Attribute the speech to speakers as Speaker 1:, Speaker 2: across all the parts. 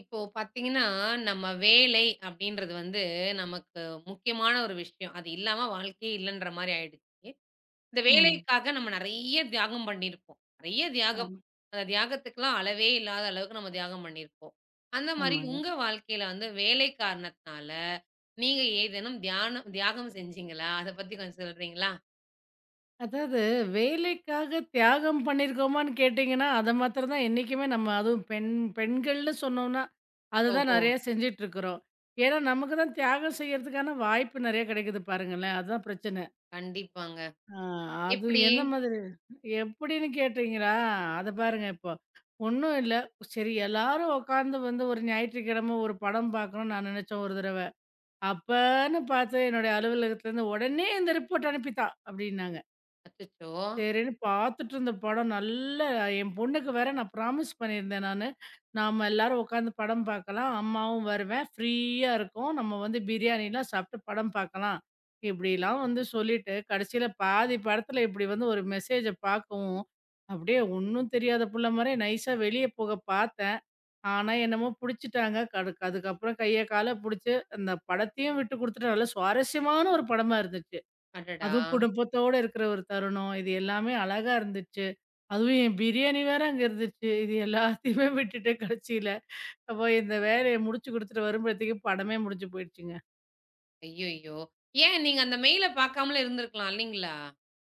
Speaker 1: இப்போ பார்த்தீங்கன்னா, நம்ம வேலை அப்படின்றது வந்து நமக்கு முக்கியமான ஒரு விஷயம். அது இல்லாம வாழ்க்கையே இல்லன்ற மாரி ஆயிடுச்சு. இந்த
Speaker 2: ம்.
Speaker 1: வேலைக்காக நம்ம நெறைய தியாகம் பண்ணியிருப்போம். நெறைய தியாகம்.
Speaker 2: ஆமா.
Speaker 1: அந்த தியாகத்துக்குலாம் அளவே இல்லாத அளவுக்கு நம்ம தியாகம் பண்ணியிருப்போம். அந்த மாரி
Speaker 2: ஆமாங்க.
Speaker 1: உங்க வாழ்க்கையில வந்து வேலை காரணத்தினால நீங்க ஏதேனும் தியானம் தியாகம் செஞ்சீங்களா? அத பத்தி கொஞ்சம் சொல்றீங்களா?
Speaker 2: அதாவது வேலைக்காக தியாகம் பண்ணியிருக்கோமான்னு கேட்டீங்கன்னா, அத மாத்திரம் தான் என்னைக்குமே நம்ம அதுவும் பெண்கள்னு சொன்னோம்னா, அதுதான்
Speaker 1: ஓஹோ!
Speaker 2: நெறையா செஞ்சுட்டுருக்குறோம். ஏன்னா, நமக்கு தான் தியாகம் செய்யறதுக்கான வாய்ப்பு நெறையா கிடைக்குது பாருங்களேன். அதுதான் பிரச்சன.
Speaker 1: கண்டிப்பாங்க.
Speaker 2: ஆ அதுவும்
Speaker 1: எப்படி?
Speaker 2: எந்த மாதிரி எப்படின்னு கேட்டீங்களா? அத பாருங்க இப்போ. ஒண்ணும் இல்ல. சரி எல்லாரும் உட்காந்து வந்து ஒரு ஞாயிற்றுக்கிழமை ஒரு படம் பார்க்கணும்னு நான் நெனச்சேன் ஒரு தடவ. அப்பன்னு பார்த்து என்னுடைய அலுவலகத்துலருந்து உடனே இந்த ரிப்போர்ட் அனுப்பித்தா! அப்படின்னாங்க.
Speaker 1: அச்சச்சோ!
Speaker 2: சரின்னு பார்த்துட்டு இருந்த படம் நல்ல என் பொண்ணுக்கு வேற நான் ப்ராமிஸ் பண்ணியிருந்தேன் நானு. நாம எல்லாரும் உட்காந்து படம் பார்க்கலாம். அம்மாவும் வருவேன். ஃப்ரீயா இருக்கும். நம்ம வந்து பிரியாணிலாம் சாப்பிட்டு படம் பார்க்கலாம். இப்படிலாம் வந்து சொல்லிட்டு, கடைசியில பாதி படத்துல இப்படி வந்து ஒரு மெசேஜ பார்க்கவும், அப்படியே ஒண்ணும் தெரியாத புள்ள மாரியே நைஸா வெளிய போக பார்த்தேன். ஆனா என்னமோ புடிச்சுட்டாங்க. அதுக்கப்புறம் கைய கால புடிச்சு அந்த படத்தையும் விட்டு குடுத்துட்டு நல்ல சுவாரஸ்யமான ஒரு படமா இருந்துச்சு.
Speaker 1: அடடா!
Speaker 2: அதுவும் குடும்பத்தோட இருக்கிற ஒரு தருணம். இது எல்லாமே அழகா இருந்துச்சு. அதுவும் என் பிரியாணி வேற அங்க இருந்துச்சு. இது எல்லாத்தையுமே விட்டுட்டு கடைசியில, அப்ப இந்த வேலைய முடிச்சு குடுத்துட்டு வரும்பழத்துக்கு படமே முடிஞ்சு போயிடுச்சுங்க.
Speaker 1: ஐய்யய்யோ! ஏன் நீங்க அந்த மெயில பார்க்காமலே இருந்திருக்கலாம் இல்லைங்களா?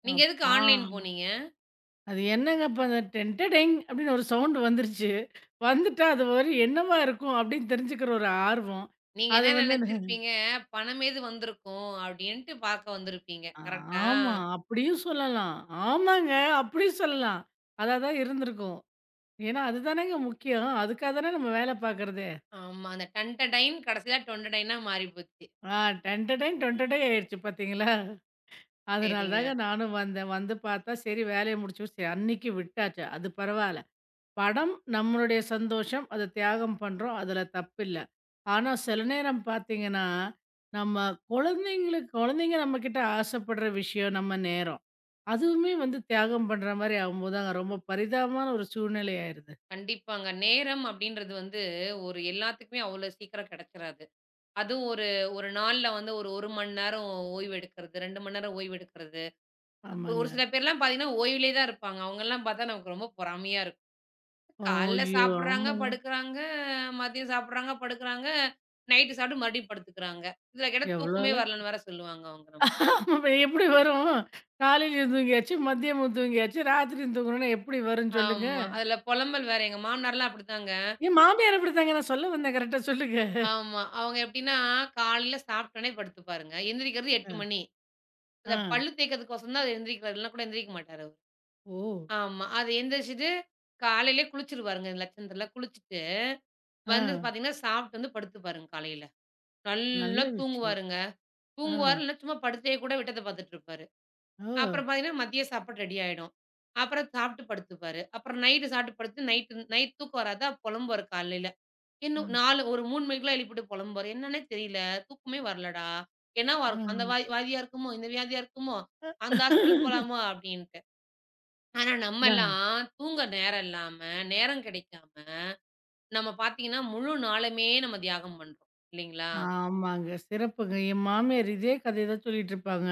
Speaker 1: நீங்க எதுக்கு
Speaker 2: அப்பா!
Speaker 1: ஆன்லைன் போனீங்க?
Speaker 2: அது என்னங்க அப்ப அந்த டென் டடெங் அப்படின்னு ஒரு சவுண்ட் வந்துருச்சு. வந்துட்டா அது ஒரு என்னவா இருக்கும் அப்படின்னு தெரிஞ்சுக்கிற ஒரு ஆர்வம்.
Speaker 1: நீங்க
Speaker 2: அது
Speaker 1: என்ன
Speaker 2: வந்து
Speaker 1: நெனச்சிருப்பீங்க, பணமேது வந்திருக்கும் அப்டின்ட்டு பார்க்க வந்திருப்பீங்க. கரெக்ட்டா?
Speaker 2: ஆமா. அப்படியும் சொல்லலாம். ஆமாங்க. அப்படியும் சொல்லலாம். அதா தான் இருந்திருக்கும். ஏன்னா, அதுதானேங்க முக்கியம். அதுக்காக தானே நம்ம வேலை பார்க்கறது.
Speaker 1: ஆமா. அந்த டன்டடைன் கடைசியில டொண்டடைனா மாறி போச்சு.
Speaker 2: ஆ டென்டடைன் டொன்டடை ஆயிடுச்சு பார்த்தீங்களா? அதனால
Speaker 1: சரிங்க.
Speaker 2: தாங்க நானும் வந்தேன். வந்து பார்த்தா, சரி வேலைய முடிச்சு சரி அன்னைக்கு விட்டாச்சு. அது பரவால்ல. படம் நம்மளுடைய சந்தோஷம். அத தியாகம் பண்றோம். அதுல தப்பில்ல. ஆனா, சில நேரம் பார்த்தீங்கன்னா, நம்ம குழந்தைங்களுக்கு குழந்தைங்க நம்மகிட்ட ஆசைப்படுற விஷயம் நம்ம நேரம். அதுவுமே வந்து தியாகம் பண்ற மாரி ஆகும்போது தாங்க ரொம்ப பரிதாபமான ஒரு சூழ்நிலை ஆயிருது.
Speaker 1: கண்டிப்பாங்க. நேரம் அப்டின்றது வந்து ஒரு எல்லாத்துக்குமே அவ்ளோ சீக்கிரம் கெடைச்சிராது. அதுவும் ஒரு ஒரு நாள்ல வந்து ஒரு 1 மணி நேரம் ஓய்வு எடுக்கிறது, 2 மணி நேரம் ஓய்வு எடுக்கிறது. ஒரு
Speaker 2: ஆமாங்க.
Speaker 1: சில பேர்லாம் பார்த்தீங்கன்னா, ஓய்விலே தான் இருப்பாங்க. அவங்கலாம் பார்த்தா நமக்கு ரொம்ப பொறாமையா இருக்கும். காலைல
Speaker 2: ஐயோ!
Speaker 1: சாப்பிடுறாங்க,
Speaker 2: ஆமாங்க.
Speaker 1: படுக்குறாங்க, மதியம் சாப்பிடுறாங்க, படுக்குறாங்க, நைட்டு சாப்பிட்டு மறுபடியும் படுத்துக்குறாங்க. இதுல கேட்டா தூக்கமே
Speaker 2: எவ்வளோலாம்
Speaker 1: வரலன்னு வேற சொல்லுவாங்க அவங்க நம்மள.
Speaker 2: அப்ப எப்படி வரும்? காலையிலயும் தூங்கியாச்சு, மதியமும் தூங்கியாச்சு, ராத்திரியும் தூங்கணும்னா எப்படி வரும்ன்னு சொல்லுங்க?
Speaker 1: ஆமா. அதுல புலம்பல் வேற. எங்க மாமனார்லாம் அப்படித்தாங்க.
Speaker 2: என் மாமியார் அப்படித்தாங்க. நான் சொல்ல வந்தேன் கரெக்ட்டா சொல்லுங்க.
Speaker 1: ஆமா. அவங்க எப்படின்னா, காலையில சாப்பிட்டோனே படுத்துப்பாருங்க. எந்திரிக்கிறது
Speaker 2: அ.
Speaker 1: 8 மணி.
Speaker 2: ஆ.
Speaker 1: அந்த பல்லு தேய்க்கிறதுக்கோசரம் தான் அவர் எந்திரிக்கிறாரு. இல்லன்னா கூட எந்திரிக்க மாட்டாரு அவரு.
Speaker 2: ஓ!
Speaker 1: ஆமா. அது எந்திரிச்சுட்டு காலையிலயே குளிச்சுருவாருங்க லட்சணத்துல. குளிச்சுட்டு
Speaker 2: ஆ.
Speaker 1: வந்து பார்த்தீங்கன்னா, சாப்பிட்டு வந்து படுத்துப்பாருங்க காலையில.
Speaker 2: நல்ல
Speaker 1: நல்லா
Speaker 2: விஷயம்.
Speaker 1: தூங்குவாருங்க.
Speaker 2: ஆ.
Speaker 1: தூங்குவாரு, இல்ல சும்மா படுத்தே கூட விட்டத்த பார்த்துட்டு இருப்பாரு.
Speaker 2: ஓ!
Speaker 1: அப்புறம் பார்த்தீங்கன்னா, மதிய சாப்பாடு ரெடி ஆயிடும். அப்புறம் சாப்பிட்டு படுத்துப்பாரு. அப்புறம் நைட்டு சாப்பிட்டு படுத்து நைட் தூக்கம் வராதா, புலம்புவாரு காலையில. இன்னும்
Speaker 2: ம்.
Speaker 1: 4 ஒரு 3 மணிக்கெல்லாம் எழுப்பிட்டு புலம்புவாரு. "என்னன்னே தெரியல. தூக்கமே வரலடா. என்னவா
Speaker 2: ஆ.
Speaker 1: இருக்கும்? அந்த வா வியாதியா இருக்குமோ? இந்த வியாதியா இருக்குமோ? அந்த ஹாஸ்பிட்டல் போலாமோ?" அப்படின்ட்டு. ஆனா
Speaker 2: அதான்.
Speaker 1: நம்மலாம் தூங்க நேரம் இல்லாம, நேரம் கிடைக்காம, நம்ம பார்த்தீங்கன்னா, முழு நாளுமே நம்ம தியாகம் பண்றோம். இல்லைங்களா?
Speaker 2: ஆமாங்க. சிறப்புங்க. என் மாமியார் இதே கதைய தான் சொல்லிட்டு இருப்பாங்க.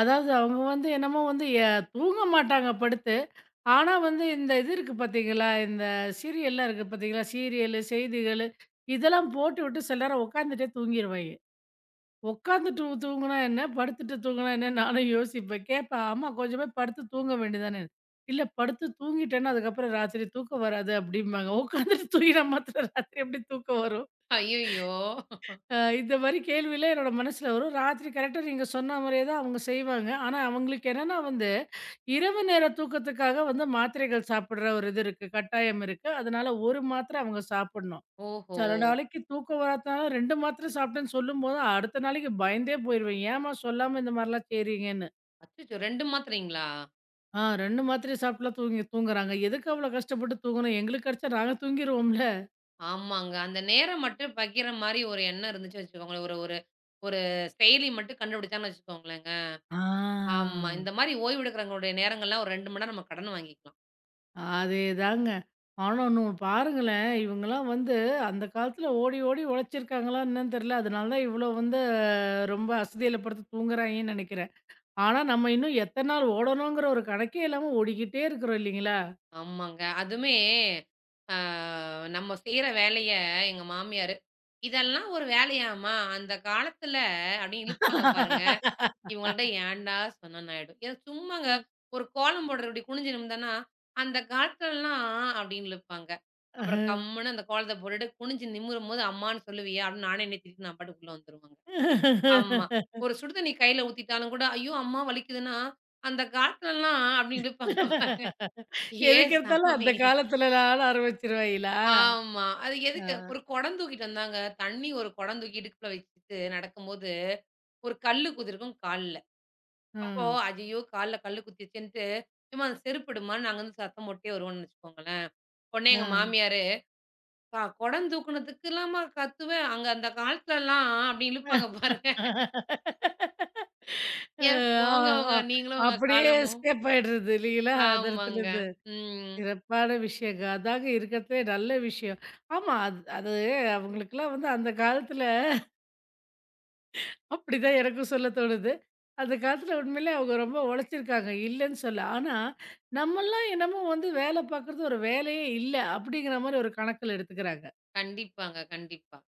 Speaker 2: அதாவது அவங்க வந்து என்னமோ வந்து தூங்க மாட்டாங்க படுத்து. ஆனா வந்து, இந்த இது இருக்கு பார்த்தீங்களா, இந்த சீரியல்லாம் இருக்கு பார்த்தீங்களா, சீரியலு, செய்திகளு இதெல்லாம் போட்டுவிட்டு சில நேரம் உட்காந்துட்டே தூங்கிருவாய்ங்க. உட்காந்துட்டு தூங்குனா என்ன? படுத்துட்டு தூங்குனா என்னன்னு நானும் யோசிப்பேன். கேட்பேன், "அம்மா கொஞ்சம் போய் படுத்து தூங்க வேண்டியதானே?" "இல்ல படுத்து தூங்கிட்டேன்னா, அதுக்கப்புறம் ராத்திரி தூக்கம் வராது" அப்படிம்பாங்க. உட்காந்துட்டு தூங்கினா மாத்திரம் ராத்திரி எப்படி தூக்கம் வரும்?
Speaker 1: ஐயய்யோ!
Speaker 2: அ இந்த மாரி கேள்விலாம் என்னோட மனசுல வரும். ராத்திரி கரெக்ட்டா நீங்க சொன்ன மாரியே தான் அவங்க செய்வாங்க. ஆனா, அவங்களுக்கு என்னன்னா வந்து, இரவு நேர தூக்கத்துக்காக வந்து மாத்திரைகள் சாப்பிடுற ஒரு இது இருக்கு. கட்டாயம் இருக்கு. அதனால 1 மாத்திரை அவங்க சாப்பிடணும்.
Speaker 1: ஓஹோ!
Speaker 2: சில நாளைக்கு தூக்கம் வராதனால 2 மாத்திரை சாப்பிட்டேன்னு சொல்லும்போது, அடுத்த நாளைக்கு பயந்தே போயிருவேன். ஏம்மா சொல்லாம இந்த மாரிலாம் செய்றீங்கன்னு.
Speaker 1: அச்சச்சோ! 2 மாத்திரைங்களா?
Speaker 2: ஆ 2 மாத்திரை சாப்பிட்டுலாம் தூங்கி தூங்குறாங்க. எதுக்கு அவ்வளோ கஷ்டப்பட்டு தூங்கணும்? எங்களுக்கு கெடச்சா நாங்க தூங்கிருவோம்ல.
Speaker 1: ஆமாங்க. அந்த நேரம் மட்டும் பகிர்ற மாரி ஒரு எண்ணம் இருந்துச்சு வச்சுக்கோங்களேன். ஒரு ஒரு ஒரு செயலி மட்டும் கண்டுபிடிச்சாங்கன்னு வச்சுக்கோங்களேங்க.
Speaker 2: ஆ.
Speaker 1: ஆமா. இந்த மாரி ஓய்வு எடுக்கிறவங்களுடைய நேரங்கள்லாம் ஒரு 2 மணி நேரம் நம்ம கடன் வாங்கிக்கலாம்.
Speaker 2: அதேதாங்க. ஆனா இன்னொன்னு பாருங்களேன், இவங்கலாம் வந்து அந்த காலத்துல ஓடி ஓடி உழைச்சிருக்காங்களா என்னன்னு தெரியல. அதனால தான் இவ்ளோ வந்து ரொம்ப அசதியில படுத்து தூங்குறாய்ங்கன்னு நெனைக்கிறேன். ஆனா நம்ம இன்னும் எத்தன நாள் ஓடணுங்கிற ஒரு கணக்கே இல்லாம ஓடிக்கிட்டே இருக்கிறோம் இல்லைங்களா?
Speaker 1: ஆமாங்க. அதுவுமே ஆ நம்ம செய்ற வேலைய எங்க மாமியாரு, "இதெல்லாம் ஒரு வேலையாம்மா? அந்த காலத்துல" அப்படின்னு இழுப்பாங்க பாருங்க. இவங்கள்ட்ட ஏன்டா சொன்னேன்னு ஆயிடும். ஏன்னா சும்மாங்க
Speaker 2: ம்.
Speaker 1: ஒரு கோலம் போடுறது இப்படி குனிஞ்சு நிமிர்ந்தேன்னா, அந்த காலத்துலலாம் அப்படின்னு இழுப்பாங்க. அப்புறம் கம்முன்னு அந்த கோலத்த போட்டுட்டு குனிஞ்சு நிமிரும்போது அம்மான்னு சொல்லுவியா? அப்படின்னு நானே என்னைய திட்டிட்டு நான் பாட்டுக்குள்ள வந்துருவேங்க. ஆமா. ஒரு சுடு தண்ணி கையில ஊத்திட்டாலும் கூட, ஐயோ! அம்மா வலிக்குதுன்னா, அந்த காலத்துலலாம் அப்படின்னு இழுப்பாங்க பாரு. ஏ
Speaker 2: எதுக்கு எடுத்தாலும்
Speaker 1: சாமி!
Speaker 2: அந்த காலத்துல நான் ஆரம்பிச்சிருவாய்ங்களா?
Speaker 1: ஆமா. அது
Speaker 2: ஆ.
Speaker 1: எதுக்கு? ஒரு குடம் தூக்கிட்டு வந்தாங்க. தண்ணி ஒரு குடம் தூக்கி இடுப்புல வச்சுட்டு நடக்கும்போது, ஒரு கல்லு குதிருக்கும் கால்ல. அப்போ,
Speaker 2: ம்.
Speaker 1: "ஐயையோ! கால்ல கல்லு குத்திருச்சேன்ட்டு" "எம்மா அந்த செருப்பு எடும்மான்னு" நாங்க வந்து சத்தம் போட்டே வருவோம்ன்னு வச்சுக்கோங்களேன். உடனே எங்க
Speaker 2: அ.
Speaker 1: மாமியாரு, "கா குடம் தூக்குனதுக்குலாமா கத்துவேன்? அங்க அந்த காலத்துலலாம்" அப்படி இழுப்பாங்க பாருங்க.
Speaker 2: அ
Speaker 1: "ஏன்
Speaker 2: ஆ
Speaker 1: போங்க
Speaker 2: ஆ
Speaker 1: உங்க நீங்களும் உங்க
Speaker 2: அப்படியே
Speaker 1: காலமும்."
Speaker 2: எஸ்கேப் ஆயிடுறது இல்லைங்களா? அந்த
Speaker 1: ஆமாங்க.
Speaker 2: இடத்துலருந்து.
Speaker 1: ம்.
Speaker 2: சிறப்பான விஷயங்க. அதாங்க இருக்கிறதுலே நல்ல விஷயம். ஆமா. அது அது அவங்களுக்கெல்லாம் வந்து அந்த காலத்துல அப்படிதான் எனக்கும் சொல்ல தோணுது. அந்த காலத்துல உண்மையிலே அவங்க ரொம்ப உழைச்சிருக்காங்க. இல்லன்னு சொல்ல. ஆனா, நம்மலாம் என்னமோ வந்து வேலை பார்க்குறது ஒரு வேலையே இல்ல, அப்படிங்கிற மாரி ஒரு கணக்குல எடுத்துக்கிறாங்க.
Speaker 1: கண்டிப்பாங்க, கண்டிப்பா.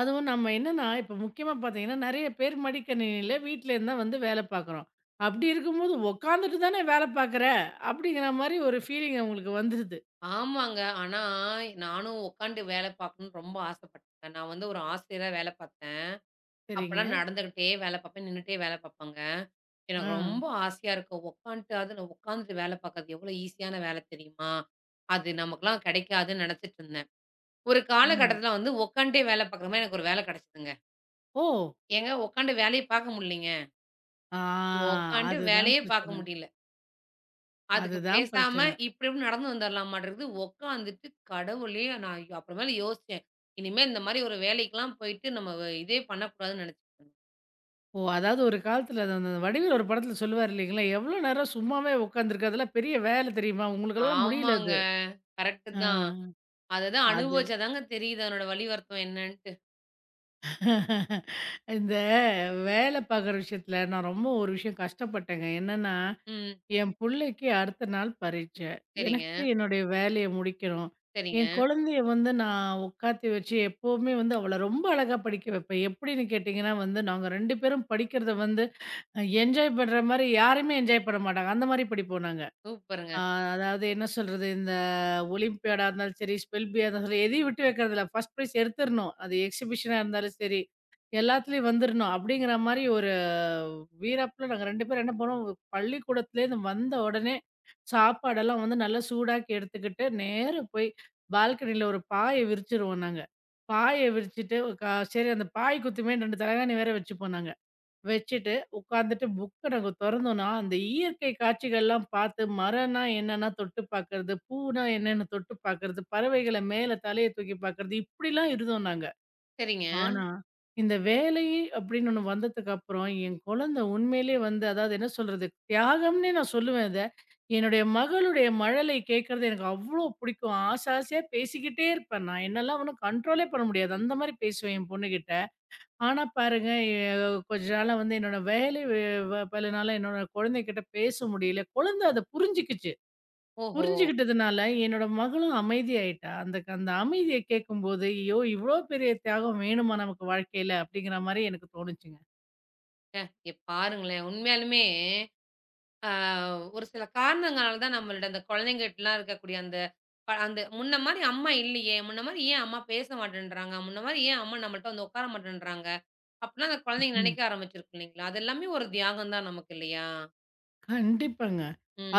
Speaker 2: அதுவும் நம்ம என்னன்னா, இப்ப முக்கியமா பார்த்தீங்கன்னா, நெறைய பேர் மடிக்கணினியில வீட்லேருந்து தான் வந்து வேலை பார்க்குறோம். அப்படி இருக்கும்போது உட்காந்துட்டு தானே வேலை பார்க்குற, அப்படிங்கிற மாரி ஒரு ஃபீலிங் அவங்களுக்கு வந்துருது.
Speaker 1: ஆமாங்க. ஆனா நானும் உட்காந்து வேலை பார்க்கணும்னு ரொம்ப ஆசைப்பட்டேன். நான் வந்து ஒரு ஆசிரியரா வேலை பார்த்தேன்.
Speaker 2: சரிங்க.
Speaker 1: அப்பலாம் நடந்துகிட்டே வேலை பார்ப்பேன், நின்னுட்டே வேலை பார்ப்பேங்க.
Speaker 2: ஆ.
Speaker 1: எனக்கு ரொம்ப ஆசையா இருக்கும். உட்காந்துட்டாவது நான் உட்காந்துட்டு வேலை பார்க்கறது எவ்வளோ ஈஸியான வேலை தெரியுமா? அது நமக்கெல்லாம் கிடைக்காதுன்னு நெனச்சிட்டு இருந்தேன். ஒரு
Speaker 2: ம்.
Speaker 1: காலகட்டத்தில வந்து உட்காந்துட்டே வேலை பார்க்குற மாரி எனக்கு ஒரு வேலை கிடைச்சதுங்க.
Speaker 2: ஓ!
Speaker 1: ஏங்க உட்காந்து வேலையே பார்க்க முடியலைங்க.
Speaker 2: ஆ
Speaker 1: உட்காந்து
Speaker 2: அதுதான்
Speaker 1: வேலையே பார்க்க
Speaker 2: பிரச்சனை.
Speaker 1: முடியல. அதுக்கு
Speaker 2: அதுதான்
Speaker 1: பேசாம
Speaker 2: பிரச்சனை.
Speaker 1: இப்டி இப்டி நடந்து வந்துரலாமான்ருக்கு. உட்காந்துட்டு கடவுளே! நான் ஐயோ, அப்புறமேல யோசிச்சேன். இனிமே இந்த மாரி ஒரு வேலைக்கெல்லாம் போயிட்டு நம்ம இதே பண்ணக்கூடாதுன்னு நெனச்சுட்டேன்.
Speaker 2: ஓ! அதாவது ஒரு காலத்துல அது அந்த வடிவேலு ஒரு படத்துல சொல்லுவாரு இல்லைங்களா, "எவ்வளோ நேரம் சும்மாவே உட்காந்துருக்க, அதெல்லாம் பெரிய வேலை தெரியுமா? உங்களுக்கெல்லாம் முடியல
Speaker 1: ஆமாங்க.
Speaker 2: அது."
Speaker 1: கரெக்ட்டு தான்.
Speaker 2: ஆ.
Speaker 1: அததான்
Speaker 2: அது
Speaker 1: அனுபவிச்சா தாங்க தெரியுது அதனோட வலி வருத்தம் என்னன்ட்டு.
Speaker 2: இந்த வேலை பார்க்குற விஷயத்துல நான் ரொம்ப ஒரு விஷயம் கஷ்டப்பட்டேங்க. என்னன்னா,
Speaker 1: ம்.
Speaker 2: என் புள்ளைக்கு அடுத்த நாள் பரீட்சை.
Speaker 1: சரிங்க,
Speaker 2: எனக்கு என்னுடைய வேலைய முடிக்கணும்.
Speaker 1: சரிங்க.
Speaker 2: என் குழந்தைய வந்து நான் உட்காத்தி வச்சு எப்பவுமே வந்து அவள ரொம்ப அழகா படிக்க வைப்பேன். எப்படின்னு கேட்டிங்கன்னா வந்து, நாங்க 2 பேரும் படிக்கிறத வந்து என்ஜாய் பண்ற மாரி யாருமே என்ஜாய் பண்ண மாட்டாங்க. அந்த மாரி படிப்போம் நாங்க.
Speaker 1: சூப்பருங்க.
Speaker 2: ஆ அதாவது என்ன சொல்றது? இந்த ஒலிம்பியாடா இருந்தாலும் சரி, ஸ்பெல் பியா இருந்தாலும் சரி, எதையும் விட்டு வைக்கிறதில்ல. First prize எடுத்துறணும். அது எக்ஸிபிஷனா இருந்தாலும் சரி, எல்லாத்துலயும் வந்துரணும். அப்படிங்கிற மாரி ஒரு வீராப்புல நாங்க 2 பேரும் என்ன பண்ணோம், பள்ளிக்கூடத்துலேருந்து வந்த உடனே சாப்பாடெல்லாம் வந்து நல்லா சூடாக்கி எடுத்துக்கிட்டு, நேரா போய் பால்கனியில ஒரு பாய விரிச்சுருவோம் நாங்க. பாய விரிச்சுட்டு சரி அந்த பாய் குத்துமேன்னு 2 தலகாணி வேற வச்சுப்போம் நாங்க. வச்சுட்டு உட்காந்துட்டு புக்க நாங்க தொறந்தோம்னா, அந்த இயற்கை காட்சிகள்லாம் பார்த்து மரம்னா என்னன்னா தொட்டு பார்க்கறது, பூனா என்னன்னு தொட்டு பார்க்கறது, பறவைகள மேல தலைய தூக்கி பார்க்கறது இப்படிலாம் இருந்தோம் நாங்க.
Speaker 1: சரிங்க.
Speaker 2: ஆனா, இந்த வேலை அப்படின்னு ஒண்ணு வந்ததுக்கு அப்புறம் என் குழந்தை உண்மையிலேயே வந்து அதாவது என்ன சொல்றது? தியாகம்னே நான் சொல்லுவேன் இத. என்னுடைய மகளுடைய மழலை கேட்கறது எனக்கு அவ்ளோ பிடிக்கும். ஆசை ஆசையா பேசிக்கிட்டே இருப்பேன். நான் என்னெல்லாம் ஒண்ணும் கண்ட்ரோலே பண்ண முடியாது. அந்த மாரி பேசுவேன் என் பொண்ணுகிட்ட. ஆனா பாருங்க, எ கொஞ்ச நாளா வந்து என்னோட வேலை வே வ பளுனால என்னோட குழந்தைகிட்ட பேச முடியல. குழந்த அத புரிஞ்சுக்கிச்சு.
Speaker 1: ஓஹோ!
Speaker 2: புரிஞ்சுகிட்டதுனால என்னோட மகளும் அமைதியாயிட்டா. அந்த அந்த அமைதிய கேட்கும்போது, "ஐயோ! இவ்ளோ பெரிய தியாகம் வேணுமா நமக்கு வாழ்க்கையில?" அப்படிங்கிற மாரி எனக்கு தோணுச்சுங்க.
Speaker 1: பாருங்களேன். உண்மையாலுமே அ ஒரு சில காரணங்களால தான் நம்மளோட அந்த குழந்தைங்கட்டலாம் இருக்கக்கூடிய அந்த அந்த முன்ன மாரி அம்மா இல்லையே! முன்ன மாரி ஏன் அம்மா பேச மாட்டேன்றாங்க? முன்ன மாரி ஏன் அம்மா நம்மள்ட்ட வந்து உட்கார மாட்டேன்றாங்க? அப்புட்லாம் அந்த குழந்தைங்க
Speaker 2: ம்,
Speaker 1: நினைக்க ஆரம்பிச்சிருக்கும் இல்லைங்களா? அது எல்லாமே ஒரு தியாகம் தான் நமக்கு இல்லையா?
Speaker 2: கண்டிப்பாங்க.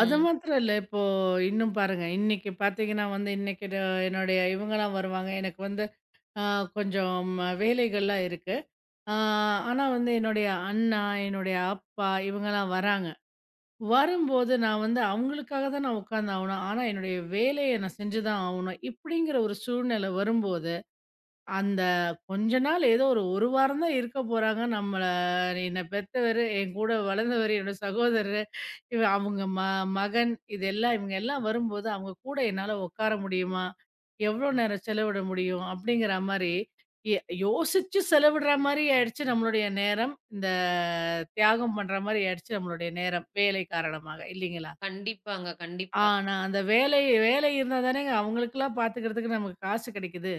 Speaker 2: அது மாத்திரம் இல்ல. இப்போ இன்னும் பாருங்க, இன்னைக்கு பார்த்தீங்கன்னா வந்து, இன்னைக்கு என்னுடைய இவங்கலாம் வருவாங்க. எனக்கு வந்து அ கொஞ்சம் வேலைகள்லாம் இருக்கு. ஆ, ஆனா வந்து என்னுடைய அண்ணா, என்னுடைய அப்பா இவங்கலாம் வராங்க. வரும்போது நான் வந்து அவங்களுக்காக தான் நான் உட்கார்ந்தாகணும். ஆனா என்னுடைய வேலைய நான் செஞ்சு தான் ஆகணும். இப்படிங்கிற ஒரு சூழ்நிலை வரும்போது, அந்த கொஞ்ச நாள் ஏதோ ஒரு, ஒரு வாரம் தான் இருக்க போறாங்க. நம்மள என்ன பெத்தவரு, என் கூட வளர்ந்தவரு, என்னோட சகோதரரு அவங்க மகன் இதெல்லாம் இவங்க எல்லாம் வரும்போது, அவங்க கூட என்னால உட்கார முடியுமா? எவ்வளோ நேரம் செலவிட முடியும்? அப்படிங்கிற மாரி, எ யோசிச்சு செலவிடுற மாரி ஆயிடுச்சு நம்மளுடைய நேரம். இந்த தியாகம் பண்ற மாரி ஆயிடுச்சு நம்மளுடைய நேரம். வேலை காரணமாக இல்லைங்களா?
Speaker 1: கண்டிப்பாங்க, கண்டிப்பா.
Speaker 2: ஆனா, அந்த வேலை வேலை இருந்தா தானேங்க அவங்களுக்கெல்லாம் பார்த்துக்கிறதுக்கு நமக்கு காசு கிடைக்குது.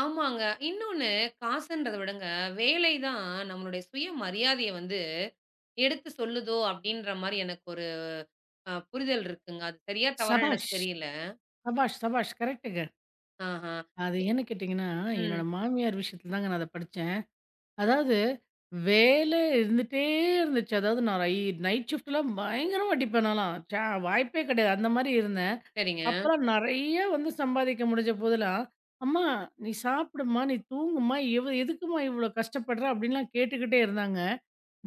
Speaker 1: ஆமாங்க. இன்னொன்னு காசுன்றத விடங்க, வேலை தான் நம்மளுடைய சுயமரியாதைய வந்து எடுத்து சொல்லுதோ! அப்பிடின்ற மாரி எனக்கு ஒரு புரிதல் இருக்குங்க. அது சரியா, தவறான்னு எனக்கு
Speaker 2: சபாஷ்!
Speaker 1: தெரியல.
Speaker 2: சபாஷ்! சபாஷ்! கரெக்ட்டுங்க.
Speaker 1: ஆஹா!
Speaker 2: அது
Speaker 1: எ
Speaker 2: ஏன்னு கேட்டீங்கன்னா,
Speaker 1: ம்.
Speaker 2: என்னோட மாமியார் விஷயத்துல தாங்க நான் அத படிச்சேன். அதாவது, வேல இருந்துட்டே இருந்துச்சு. அதாவது நான் நைட் ஷிஃப்ட்லாம் பயங்கரமா அடிப்பேன் நான்லாம். வாய்ப்பே கிடையாது. அந்த மாரி இருந்தேன்.
Speaker 1: சரிங்க.
Speaker 2: அப்பலாம் நெறைய வந்து சம்பாதிக்க முடிஞ்ச போதெல்லாம், "அம்மா நீ சாப்பிடுமா, நீ தூங்குமா, இவ எதுக்கும்மா இவ்ளோ கஷ்டப்படுற?" அப்படின்லாம் கேட்டுக்கிட்டே இருந்தாங்க.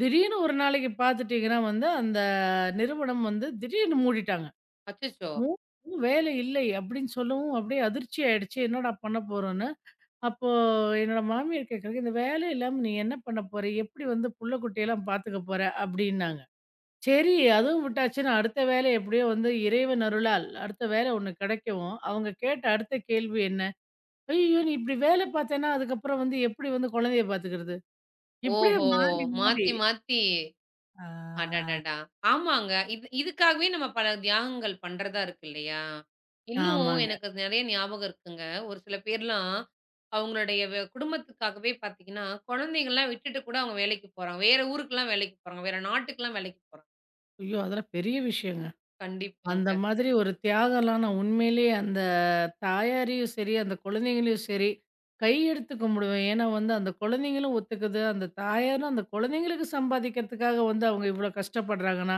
Speaker 2: திடீர்னு ஒரு நாளைக்கு பார்த்துட்டீங்கன்னா வந்து, அந்த நிறுவனம் வந்து திடீர்னு மூடிட்டாங்க.
Speaker 1: அச்சச்சோ!
Speaker 2: மூ வேலை இல்லை அப்படின்னு சொல்லவும், அப்படியே அதிர்ச்சி ஆயிடுச்சு. என்னடா பண்ண போறோம்ன்னு. அப்போ என்னோட மாமியார் கேட்குறாங்க, "இந்த வேலை இல்லாம நீ என்ன பண்ண போற? எப்படி வந்து புள்ள குட்டியெல்லாம் பார்த்துக்க போற?" அப்படின்னாங்க. சரி அதுவும் விட்டாச்சுன்னா அடுத்த வேலை எப்படியோ வந்து இறைவன் அருளால் அடுத்த வேலை ஒண்ணு கிடைக்கவும், அவங்க கேட்ட அடுத்த கேள்வி என்ன? "ஐயய்யோ! நீ இப்படி வேலை பார்த்தேன்னா அதுக்கப்புறம் வந்து எப்படி வந்து குழந்தைய பார்த்துக்கிறது?" இப்படியே
Speaker 1: ஓஹோ!
Speaker 2: மாறி மாறி
Speaker 1: மாத்தி, மாத்தி.
Speaker 2: ஆ.
Speaker 1: அடடடா! ஆமாங்க. இது இதுக்காகவே நம்ம பல தியாகங்கள் பண்றதா இருக்கு இல்லையா? இன்னும்
Speaker 2: ஆமாங்க.
Speaker 1: எனக்கு அது நெறைய ஞாபகம் இருக்குங்க. ஒரு சில பேர்லாம் அவங்களுடைய குடும்பத்துக்காகவே பார்த்தீங்கன்னா, குழந்தைங்கலாம் விட்டுட்டு கூட அவங்க வேலைக்கு போறாங்க. வேற ஊருக்குலாம் வேலைக்கு போறாங்க. வேற நாட்டுக்குலாம் வேலைக்கு போறாங்க.
Speaker 2: ஐயோ! அதெல்லாம் பெரிய விஷயங்க.
Speaker 1: கண்டிப்பாங்க.
Speaker 2: அந்த மாதிரி ஒரு தியாகம்லாம் நான் உண்மையிலேயே அந்த தாயாரையும் சரி, அந்த குழந்தைங்களையும் சரி, கை எடுத்து கும்பிடுவேன். ஏன்னா வந்து அந்த குழந்தைங்களும் ஒத்துக்குது. அந்த தாயாரும் அந்த குழந்தைங்களுக்கு சம்பாதிக்கிறதுக்காக வந்து அவங்க இவ்வளோ கஷ்டப்படுறாங்கன்னா,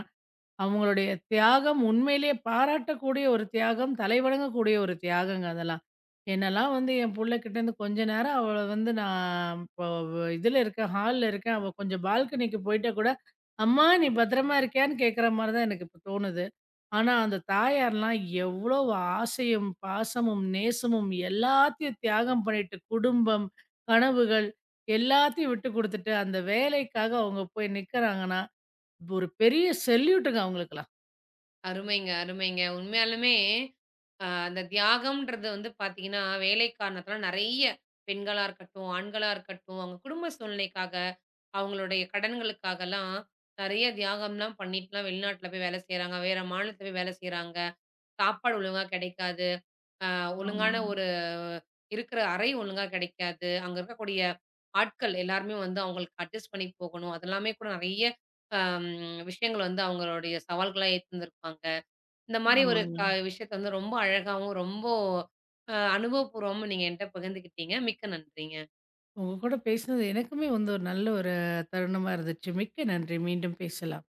Speaker 2: அவங்களுடைய தியாகம் உண்மையிலேயே பாராட்டக்கூடிய ஒரு தியாகம், தலைவணங்கக்கூடிய ஒரு தியாகங்க அதெல்லாம். என்னலாம் வந்து என் புள்ளகிட்டேருந்து கொஞ்ச நேரம் அவள வந்து நான் இப்போ இதுல இருக்கேன், ஹால்ல இருக்கேன். அவ கொஞ்சம் பால்கனிக்கு போயிட்டா கூட, "அம்மா நீ பத்திரமா இருக்கியான்னு?" கேட்கிற மாரி தான் எனக்கு இப்ப தோணுது. ஆனா அந்த தாயார்லாம் எவ்ளோ ஆசையும், பாசமும், நேசமும் எல்லாத்தையும் தியாகம் பண்ணிட்டு, குடும்பம், கனவுகள் எல்லாத்தையும் விட்டு குடுத்துட்டு, அந்த வேலைக்காக அவங்க போய் நிக்கிறாங்கன்னா, ஒரு பெரிய செல்யூட்டுங்க அவங்களுக்கெல்லாம்.
Speaker 1: அருமைங்க, அருமைங்க. உண்மையாலுமே அந்த தியாகம்ன்றது வந்து பார்த்தீங்கன்னா, வேலை காரணத்தினால நெறைய பெண்களா இருக்கட்டும், ஆண்களா இருக்கட்டும், அவங்க குடும்ப சூழ்நிலைக்காக அவங்களுடைய கடன்களுக்காகலாம் நெறைய தியாகம்லாம் பண்ணிட்டுலாம் வெளிநாட்ல போய் வேலை செய்றாங்க. வேற மாநிலத்துல போய் வேலை செய்றாங்க. சாப்பாடு ஒழுங்கா கிடைக்காது. அ ஒழுங்கான
Speaker 2: ஆமாங்க,
Speaker 1: ஒரு இருக்கிற அறை ஒழுங்கா கிடைக்காது. அங்க இருக்கக்கூடிய ஆட்கள் எல்லாருமே வந்து அவங்களுக்கு அட்ஜஸ்ட் பண்ணி போகணும். அதெல்லாமே கூட நெறைய அம் விஷயங்கள் வந்து அவங்களுடைய சவால்களா ஏத்துந்திருப்பாங்க. இந்த மாரி ஒரு
Speaker 2: ஆமாங்க.
Speaker 1: விஷயத்த வந்து ரொம்ப அழகாவும், ரொம்ப அனுபவபூர்வமும் நீங்க என்ட்ட பகிர்ந்துக்கிட்டீங்க. மிக்க நன்றிங்க.
Speaker 2: உங்க கூட பேசினது எனக்குமே வந்து ஒரு நல்ல ஒரு தருணமா இருந்துச்சு. மிக்க நன்றி. மீண்டும் பேசலாம்.